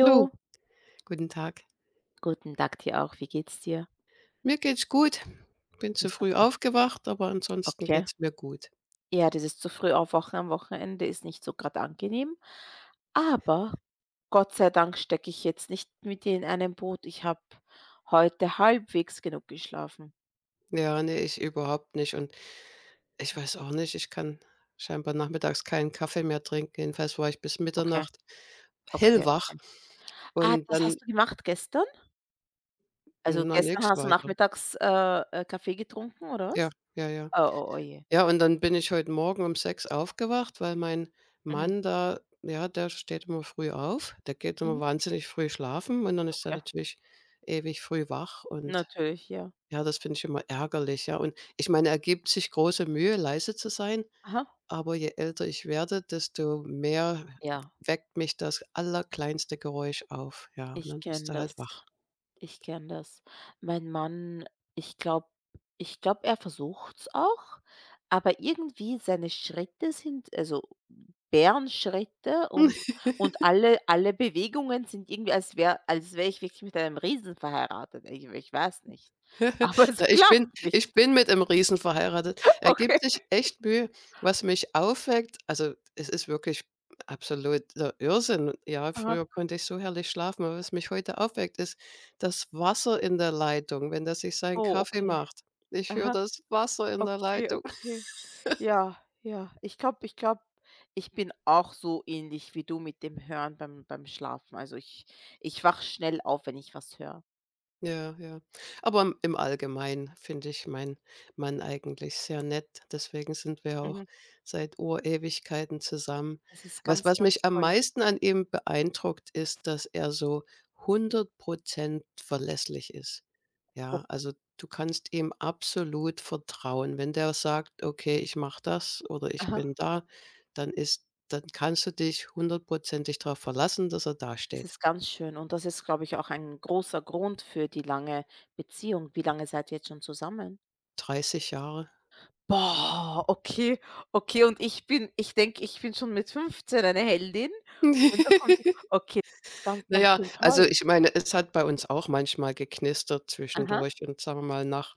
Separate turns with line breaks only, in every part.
Hallo, guten Tag.
guten Tag dir auch. Wie geht's dir?
Mir geht's gut. Bin
Na
zu früh
super,
aufgewacht, aber ansonsten
okay.
geht's mir gut.
Ja, dieses zu früh aufwachen am Wochenende ist nicht so gerade angenehm, aber Gott sei Dank stecke ich jetzt nicht mit dir in einem Boot. Ich habe heute halbwegs genug geschlafen.
Ja, nee, ich überhaupt nicht und ich weiß auch nicht, ich kann scheinbar nachmittags keinen Kaffee mehr trinken. Jedenfalls war ich bis
Okay,
Mitternacht
okay,
hellwach
okay. Ah,
und
das
dann,
hast du gemacht gestern? Also,
na,
gestern
nix
hast du
weiter.
nachmittags, Kaffee getrunken oder
Ja,
was?
ja, ja.
Oh, oh, oh je.
Ja, und dann bin ich heute Morgen um 6 aufgewacht, weil mein
Mhm,
Mann da, ja, der steht immer früh auf. Der geht immer
mhm,
wahnsinnig früh schlafen und dann ist er
okay.
natürlich ewig früh wach und,
Natürlich, ja.
ja, das finde ich immer ärgerlich, ja. Und ich meine, er gibt sich große Mühe, leise zu sein,
Aha.
aber je älter ich werde, desto mehr
Ja,
weckt mich das allerkleinste Geräusch auf. Ja, und
ich
dann bist
kenne
du
das.
halt wach.
Ich kenne das. Mein Mann, ich glaube ich glaube, er versucht's auch, aber irgendwie seine Schritte sind also, Bärenschritte und und alle Bewegungen sind irgendwie, als wäre ich wirklich mit einem Riesen verheiratet. Ich weiß nicht, aber
Na,
es
ich bin
klappt nicht.
ich bin mit einem Riesen verheiratet. Er
Okay.
gibt sich echt Mühe. Was mich aufweckt, also, es ist wirklich absoluter Irrsinn. Ja,
Aha.
früher konnte ich so herrlich schlafen, aber was mich heute aufweckt, ist das Wasser in der Leitung, wenn das sich seinen
Oh,
Kaffee
okay.
macht. Ich höre
Aha.
das Wasser in der
Okay,
Leitung.
okay. Ja, ja. Ich glaube, ich bin auch so ähnlich wie du mit dem Hören beim Schlafen. Also, ich wach schnell auf, wenn ich was höre.
Ja, ja. Aber im Allgemeinen finde ich meinen Mann eigentlich sehr nett. Deswegen sind wir auch
Mhm.
seit Urewigkeiten zusammen.
Das ist
Was
ganz,
was
ganz
mich am
toll.
meisten an ihm beeindruckt, ist, dass er so 100 verlässlich ist.
O
Ja, also du kannst ihm absolut vertrauen. Wenn der sagt: „Okay, ich mache das" oder „Ich bin
Aha.
da", dann kannst du dich hundertprozentig darauf verlassen, dass er da
Das
steht.
ist ganz schön und das ist, glaube ich, auch ein großer Grund für die lange Beziehung. Wie lange seid ihr jetzt schon zusammen?
30 Jahre.
Boah, okay, okay. Und ich denke, ich bin schon mit 15 eine Heldin und da kommt okay, das ist ganz,
Na
ganz
ja,
schön
also,
toll.
ich meine, es hat bei uns auch manchmal geknistert
Aha,
zwischendurch, und sagen wir mal nach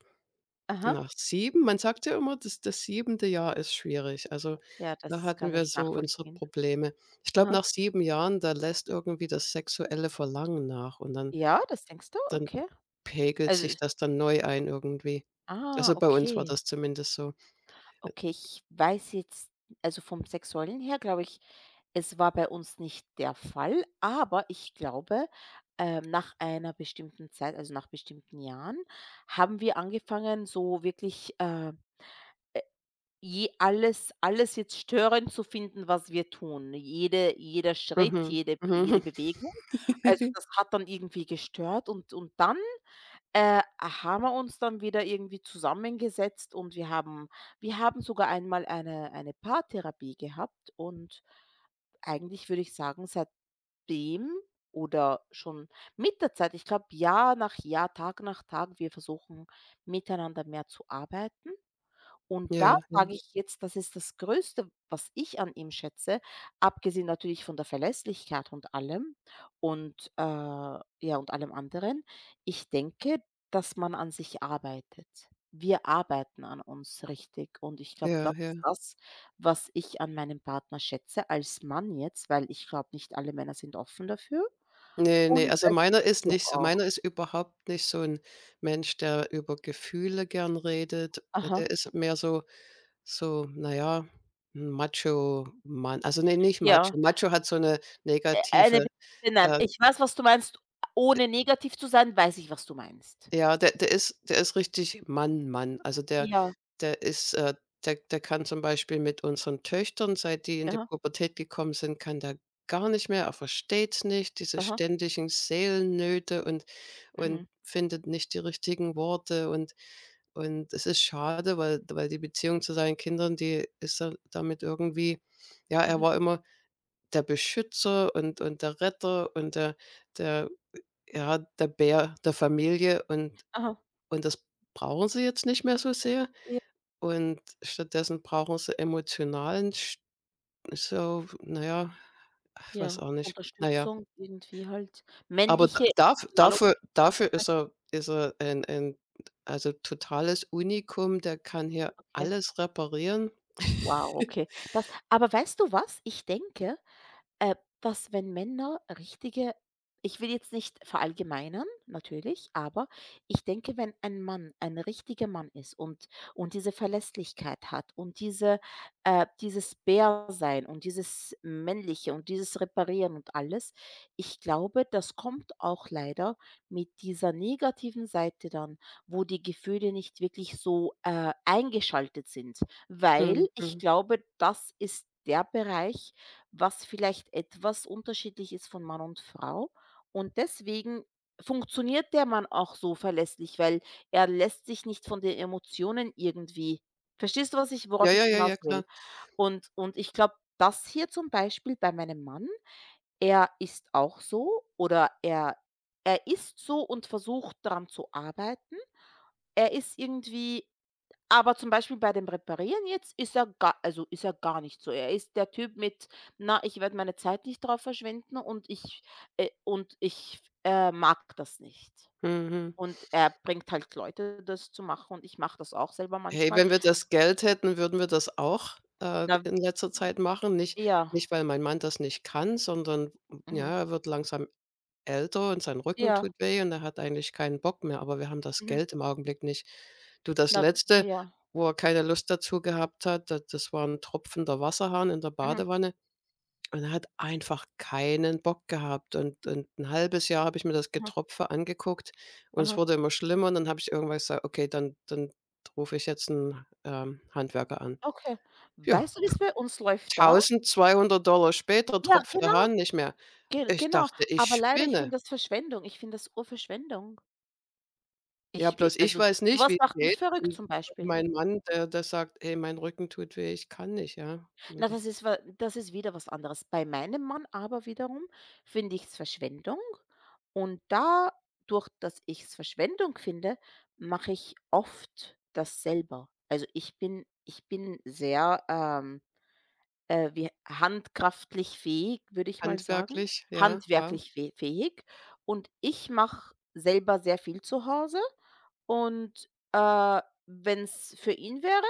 aha.
nach 7. Man sagt ja immer, das das 7. Jahr ist schwierig. Also,
Ja,
da
das
hatten
kann
wir
ich
so unsere
nachvollziehen.
Probleme. Ich glaube,
Aha.
nach 7 Jahren, da lässt irgendwie das sexuelle Verlangen nach und dann
Ja, das denkst du?
dann
Okay.
pegelt
Also
sich das dann neu ein irgendwie.
ah,
Also, bei uns war
okay.
das zumindest so.
Okay, ich weiß jetzt also vom Sexuellen her glaube ich, es war bei uns nicht der Fall, aber ich glaube, nach einer bestimmten Zeit, also nach bestimmten Jahren, haben wir angefangen, so wirklich, äh, je alles jetzt störend zu finden, was wir tun. Jeder Schritt,
Mhm.
jede
Mhm.
jede Bewegung. Also, das hat dann irgendwie gestört und dann haben wir uns dann wieder irgendwie zusammengesetzt und wir haben sogar einmal eine Paartherapie gehabt und eigentlich würde ich sagen, seitdem oder schon mit der Zeit, ich glaube Jahr nach Jahr, Tag nach Tag, wir versuchen miteinander mehr zu arbeiten. Und da
Ja, ja,
sage ich jetzt, das ist das Größte, was ich an ihm schätze, abgesehen natürlich von der Verlässlichkeit und allem und, ja, und allem anderen. Ich denke, dass man an sich arbeitet. Wir arbeiten an uns richtig und ich glaube,
ja,
das ist
ja.
das, was ich an meinem Partner schätze, als Mann jetzt, weil ich glaube, nicht alle Männer sind offen dafür
Ne, ne,
und
also
als
meiner ist
Beziehung
nicht so.
auch.
Meiner ist überhaupt nicht so 'n Mensch, der über Gefühle gern redet. Der
Aha.
ist mehr so so, na ja, 'n Macho-Mann. Also, ne, nicht
Ja.
Macho. Macho hat so 'ne
Eine
negative, äh
ich weiß, was du meinst. Ohne negativ zu sein, weiß ich, was du meinst.
Ja, der der ist richtig Mann, Mann. Also, der
Ja.
der ist, der der kann zum Beispiel mit unseren Töchtern, seit die in die
Aha,
Pubertät gekommen sind, kann der gar nicht mehr. Er versteht's nicht, diese
aha,
ständigen Seelennöte, und
mhm,
und findet nicht die richtigen Worte, und es ist schade, weil die Beziehung zu seinen Kindern, die ist da damit irgendwie, ja, er
mhm,
war immer der Beschützer und der Retter und der, ja, der Bär der Familie, und
aha.
und das brauchen sie jetzt nicht mehr so sehr,
J
und stattdessen brauchen sie emotionalen sch so, naja, ja, ich weiß
Ja,
auch nicht. Naja,
Unterstützung irgendwie halt.
aber da
Männliche
daf
emotionale
dafür
Unterstützung.
dafür ist er ein also totales Unikum, der kann hier
Okay.
alles reparieren.
Wow, okay. Das aber weißt du was? Ich denke, Äh, dass wenn Männer richtige ich will jetzt nicht verallgemeinern, natürlich, aber ich denke, wenn ein Mann ein richtiger Mann ist und diese Verlässlichkeit hat und diese dieses Bär-Sein und dieses Männliche und dieses Reparieren und alles, ich glaube, das kommt auch leider mit dieser negativen Seite dann, wo die Gefühle nicht wirklich so, eingeschaltet sind,
Mhm,
weil ich
mhm.
glaube, das ist der Bereich, was vielleicht etwas unterschiedlich ist von Mann und Frau. Und deswegen funktioniert der Mann auch so verlässlich, weil er lässt sich nicht von den Emotionen irgendwie verstehst du, was ich
Ja,
worauf ich
ja, ja,
hinaus
ja, klar.
will? Und ich glaube, das hier zum Beispiel bei meinem Mann, er ist auch so oder er ist so und versucht, daran zu arbeiten. Er ist irgendwie aber zum Beispiel bei dem Reparieren jetzt ist er gar also, ist er gar nicht so. Er ist der Typ mit: „Na, ich werde meine Zeit nicht drauf verschwenden und ich, mag das nicht.“
Mhm.
Und er bringt halt Leute, das zu machen und ich mache das auch selber
Hey,
manchmal.
wenn wir das Geld hätten, würden wir das auch,
Na
in letzter Zeit machen. Nicht,
ja,
nicht, weil mein Mann das nicht kann, sondern,
mhm,
ja, er wird langsam älter und sein Rücken
ja,
tut weh und er hat eigentlich keinen Bock mehr, aber wir haben das
mhm,
Geld im Augenblick nicht. Du, das
na
Letzte,
ja,
wo er keine Lust dazu gehabt hat, da, das war ein tropfender Wasserhahn in der
mhm,
Badewanne, und er hat einfach keinen Bock gehabt, und 'n halbes Jahr habe ich mir das
aha,
Getropfe angeguckt, und es
aha.
wurde immer schlimmer, und dann habe ich irgendwann gesagt: „Okay, dann rufe ich jetzt einen Handwerker an."
Okay.
Ja,
Weißt du, wie's bei uns läuft da?
1.200 später
Ja,
tropft der
genau,
Hahn nicht mehr.
ge
Ich
genau.
dachte, ich
Aber leider, ich finde
spinne.
das Verschwendung. Ich finde das Urverschwendung.
Ja,
Ich e
bloß ich
also,
weiß
so
nicht,
was
wie's
macht
geht.
mich verrückt
Und
zum Beispiel.
mein Mann, der sagt: „Ey, mein Rücken tut weh, ich kann nicht", ja. Und
Na,
das
das ist wieder was anderes. Bei meinem Mann aber wiederum finde ich's Verschwendung und dadurch, dass ich's Verschwendung finde, mache ich oft das selber. Also, ich bin sehr, wie handkraftlich fähig, würde ich mal sagen,
handwerklich, ja, wow.
handwerklich fähig und ich mache selber sehr viel zu Hause. Und, wenn es für ihn wäre,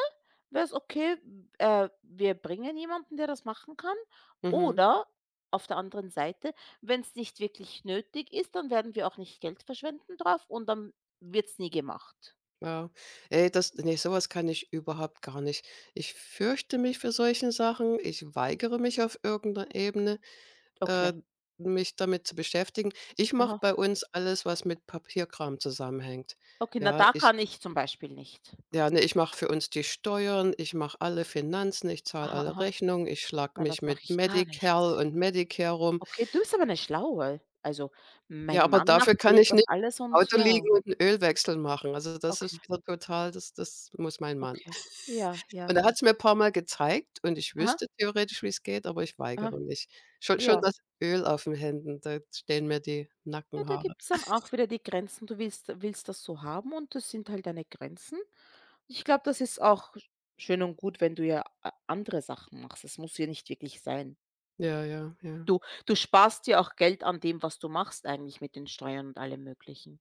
wäre es okay, w wir bringen jemanden, der das machen kann.
Mhm,
Oder auf der anderen Seite, wenn es nicht wirklich nötig ist, dann werden wir auch nicht Geld verschwenden drauf und dann wird es nie gemacht.
ja. Ey, das, ne, so was kann ich überhaupt gar nicht. Ich fürchte mich vor solchen Sachen. Ich weigere mich auf irgend 'ner Ebene,
Okay.
äh, mich damit zu beschäftigen. Ich mache
Aha.
bei uns alles, was mit Papierkram zusammenhängt.
Okay, na,
Ja,
da
ich.
kann ich zum Beispiel nicht.
Ja, ne, ich mache für uns die Steuern, ich mache alle Finanzen, ich zahle
Aha,
alle
aha.
Rechnungen, ich schlage
Na,
mich
das mache
mit
ich gar nicht.
Medicare und Medicare rum.
Okay, du bist aber eine Schlaue. Also,
Ja,
mein
aber
Mann
dafür
macht
kann
mir
ich
das
nicht
alles
im
und
Auto
ja.
liegen und 'n Ölwechsel machen. Also, das
Okay,
ist wieder total, das das muss mein Mann.
okay. Ja, ja.
Und er hat's mir paarmal gezeigt und ich
Aha,
wüsste theoretisch, wie's geht, aber ich
aha.
weigere mich. Schon
Ja.
das Öl auf den Händen, da stehen mir die
Ja, da
Nackenhaare.
gibt's dann auch wieder die Grenzen. Du willst das so haben und das sind halt deine Grenzen. Ich glaube, das ist auch schön und gut, wenn du ja a andere Sachen machst. Es muss ja nicht wirklich sein.
Ja, ja, ja.
Du du sparst dir auch Geld an dem, was du machst eigentlich mit den Steuern und allem Möglichen.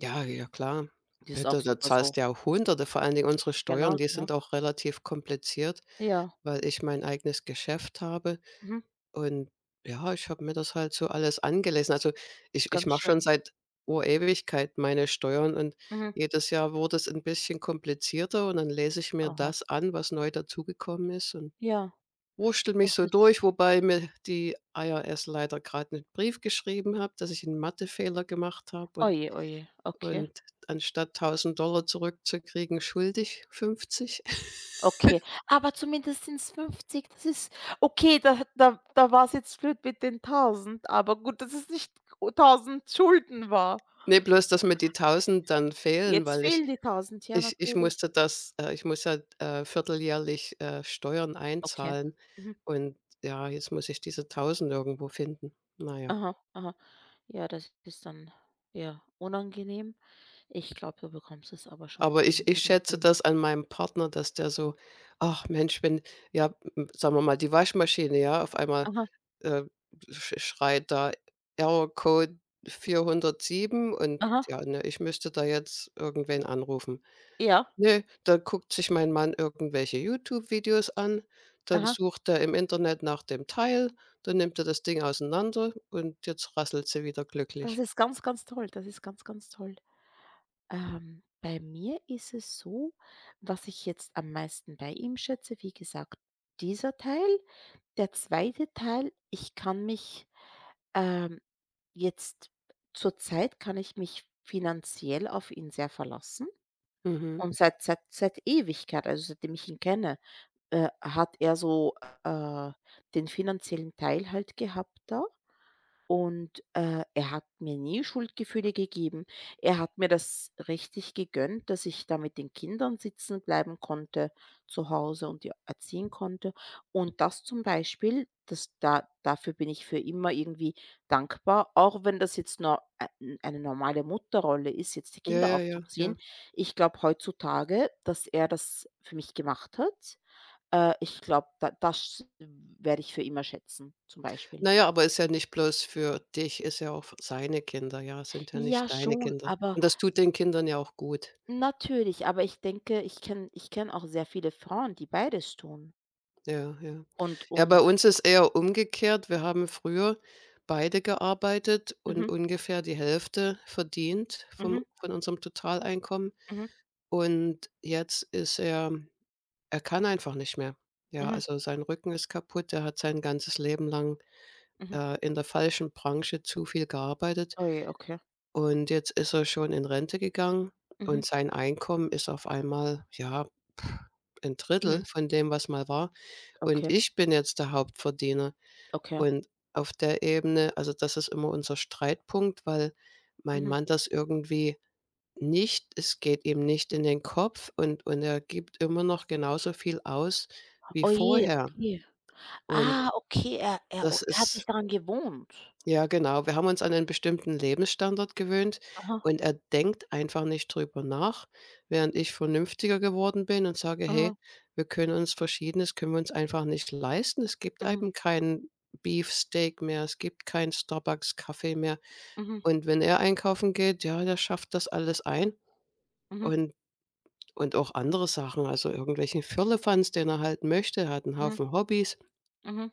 Ja, ja, klar.
Das
Äh,
ist auch
da da
super so.
zahlst du ja Hunderte, vor allen Dingen unsere Steuern,
Genau,
die
genau.
sind auch relativ kompliziert.
Ja,
Weil ich mein eigenes Geschäft habe
mhm,
und, ja, ich habe mir das halt so alles angelesen. Also, ich
ganz
mache schon
schön.
seit Ur-Ewigkeit meine Steuern, und
Mhm,
jedes Jahr wurde es ein bisschen komplizierter und dann lese ich mir
aha.
das an, was neu dazugekommen ist, und
Ja,
wurstele mich
das
so
ist,
durch, wobei mir die IRS leider gerade einen Brief geschrieben hat, dass ich einen Mathefehler gemacht habe,
oh
und
je, oh okay.
und anstatt 1.000 Dollar zurückzukriegen, schuldig 50.
Okay, aber zumindest sind es 50, das ist okay, da war es jetzt blöd mit den 1.000, aber gut, dass es nicht o 1.000 Schulden war.
Ne, bloß, dass mir die 1.000 dann fehlen,
Jetzt
weil ich.
fehlen die 1.000, ja,
Ich ich
natürlich.
musste das ich muss halt, vierteljährlich, Steuern
Okay.
einzahlen,
Mhm.
und, ja, jetzt muss ich diese 1.000 irgendwo finden. Na ja.
Aha, aha. Ja, das ist dann, ja, unangenehm. Ich glaube, du bekommst es aber schon
Aber ich
hin
ich schätze
irgendwie.
das an meinem Partner, dass der so: „Ach Mensch, wenn, ja, hm, sagen wir mal, die Waschmaschine, ja, auf einmal,
Aha,
äh, schreit da Error Code 407" und,
aha,
ja, ne, ich müsste da jetzt irgendwen anrufen.
ja,
Ne, da guckt sich mein Mann irgendwelche YouTube-Videos an, dann
aha.
sucht er im Internet nach dem Teil, dann nimmt er das Ding auseinander und jetzt rasselt sie wieder
Das
glücklich.
ist ganz, ganz toll. Das ist ganz, ganz toll. Bei mir ist es so, was ich jetzt am meisten bei ihm schätze, wie gesagt, dieser Teil. Der zweite Teil, ich kann mich ähm, jetzt zurzeit kann ich mich finanziell auf ihn sehr verlassen.
Mhm.
Und seit Ewigkeit, also seitdem ich ihn kenne, hat er so äh, den finanziellen Teil halt gehabt da. Und, er hat mir nie Schuldgefühle gegeben. Er hat mir das richtig gegönnt, dass ich da mit den Kindern sitzen bleiben konnte zu Hause und die erziehen konnte. Und das zum Beispiel, das da dafür bin ich für immer irgendwie dankbar, auch wenn das jetzt nur eine normale Mutterrolle ist, jetzt die
Ja,
Kinder
ja, ja, ja.
aufzuziehen. Ich glaube heutzutage, dass er das für mich gemacht hat. Ich glaube, da das werde ich für immer schätzen, zum Beispiel.
Na ja, aber ist ja nicht bloß für dich, ist ja auch für seine Kinder, ja, sind ja
Ja,
nicht deine
schon,
Kinder.
aber
Und das tut den Kindern ja auch gut.
natürlich, aber ich denke, ich kenne auch sehr viele Frauen, die beides tun
Ja, ja.
und
Ja, bei
und
uns ist eher umgekehrt. Wir haben früher beide gearbeitet und
mhm,
ungefähr die Hälfte verdient vom
mhm,
von unserem Totaleinkommen.
mhm,
Und jetzt ist er kann einfach nicht mehr. Ja,
mhm,
also sein Rücken ist kaputt. Er hat sein ganzes Leben lang,
mhm.
in der falschen Branche zu viel gearbeitet
Oh je, okay.
und jetzt ist er schon in Rente gegangen und
Mhm,
sein Einkommen ist auf einmal, ja, ein
mhm,
Drittel von dem, was mal war. Und
okay,
ich bin jetzt der Hauptverdiener.
okay.
Und auf der Ebene, also, das ist immer unser Streitpunkt, weil mein
Mhm.
Mann das irgendwie nicht, es geht ihm nicht in den Kopf, und er gibt immer noch genauso viel aus wie
Oh je,
vorher.
okay.
Und
Ah, okay, er er
das
er hat sich
ist
daran gewohnt.
ja genau, wir haben uns an einen bestimmten Lebensstandard gewöhnt
Aha,
und er denkt einfach nicht drüber nach, während ich vernünftiger geworden bin und sage: „Hey,
aha,
wir können uns Verschiedenes, können wir uns einfach nicht leisten." Es gibt
mhm,
eben keinen Beefsteak mehr, es gibt keinen Starbucks-Kaffee mehr.
mhm,
Und wenn er einkaufen geht, ja, der schafft das alles ein
mhm,
und. Und auch andere Sachen, also irgendwelchen Firlefanz, den er halt möchte. Er hat einen
mhm,
Haufen Hobbys.
mhm.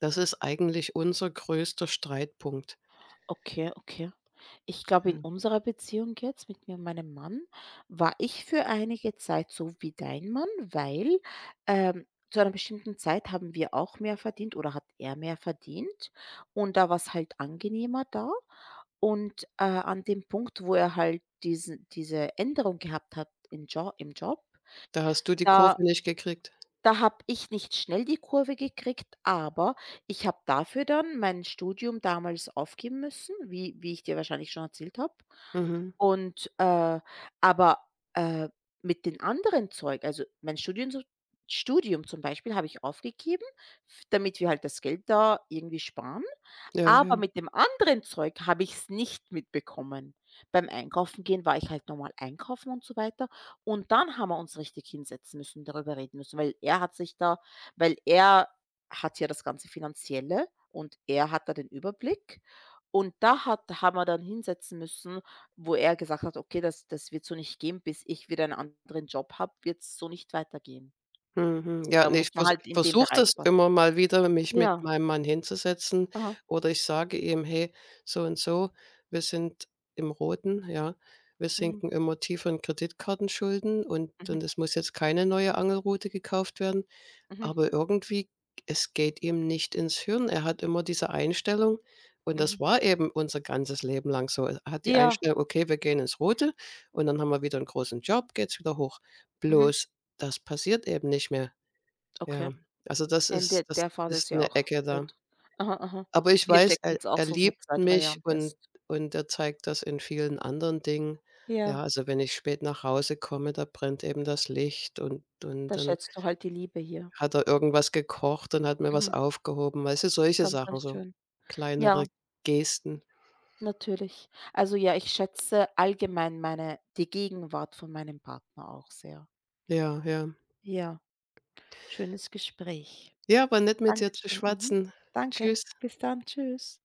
Das ist eigentlich unser größter Streitpunkt.
Okay, okay. Ich glaube, in
Ja.
unserer Beziehung jetzt mit mir und meinem Mann war ich für einige Zeit so wie dein Mann, weil zu einer bestimmten Zeit haben wir auch mehr verdient oder hat er mehr verdient. Und da war es halt angenehmer da. Und an dem Punkt, wo er halt diese Änderung gehabt hat im Job,
Da hast du die
da
Kurve nicht gekriegt.
da habe ich nicht schnell die Kurve gekriegt, aber ich habe dafür dann mein Studium damals aufgeben müssen, wie ich dir wahrscheinlich schon erzählt habe.
Mhm.
Und, aber, äh, mit den anderen Zeug also mein Studien so Studium zum Beispiel habe ich aufgegeben, f damit wir halt das Geld da irgendwie sparen.
Ja, ja.
Aber mit dem anderen Zeug habe ich es nicht mitbekommen. Beim Einkaufen gehen war ich halt normal einkaufen und so weiter und dann haben wir uns richtig hinsetzen müssen, darüber reden müssen, weil er hat ja das ganze Finanzielle und er hat da den Überblick. Und da hat haben wir dann hinsetzen müssen, wo er gesagt hat: „Okay, das wird so nicht gehen, bis ich wieder einen anderen Job habe, wird es so nicht weitergehen.“
Mhm. Ja,
Da
ne,
muss man halt
ich
in dem
versuche
Bereich
das
sparen.
immer mal wieder, mich mit
Ja,
meinem Mann hinzusetzen
aha,
oder ich sage ihm: „Hey, so und so, wir sind im Roten, ja. Wir
mhm,
sinken immer tiefer in Kreditkartenschulden und
mhm,
und es muss jetzt keine neue Angelrute gekauft werden."
mhm,
Aber irgendwie, es geht ihm nicht ins Hirn. Er hat immer diese Einstellung, und das
mhm.
war eben unser ganzes Leben lang so. Er hat die
Ja,
Einstellung: „Okay, wir gehen ins Rote und dann haben wir wieder einen großen Job, geht's wieder hoch."
mhm,
Bloß das passiert eben nicht mehr. Ja,
okay.
also das
In
ist
der
das
der Phase ist
ist
ja
eine
auch
Ecke
blöd.
da.
Aha, aha.
Aber ich
Wir
weiß,
stecken
er
jetzt auch
er
so seit
liebt
2 3
mich,
Jahren fest.
und er zeigt das in vielen anderen Dingen. Ja,
Ja.
also wenn ich spät nach Hause komme, da brennt eben das Licht und
Da
dann
schätzt du halt die Liebe hier.
hat er irgendwas gekocht und hat mir was
Mhm.
aufgehoben, weißt du,
Ist
solche
ganz,
Sachen,
ganz
so
schön.
kleinere
Ja,
Gesten.
natürlich. Also, ja, ich schätze allgemein meine die Gegenwart von meinem Partner auch sehr.
Ja, ja.
Ja, schönes Gespräch.
Ja, war nett mit dir zu
Dankeschön. Mhm.
schwatzen.
Danke.
Tschüss.
Bis dann. Tschüss.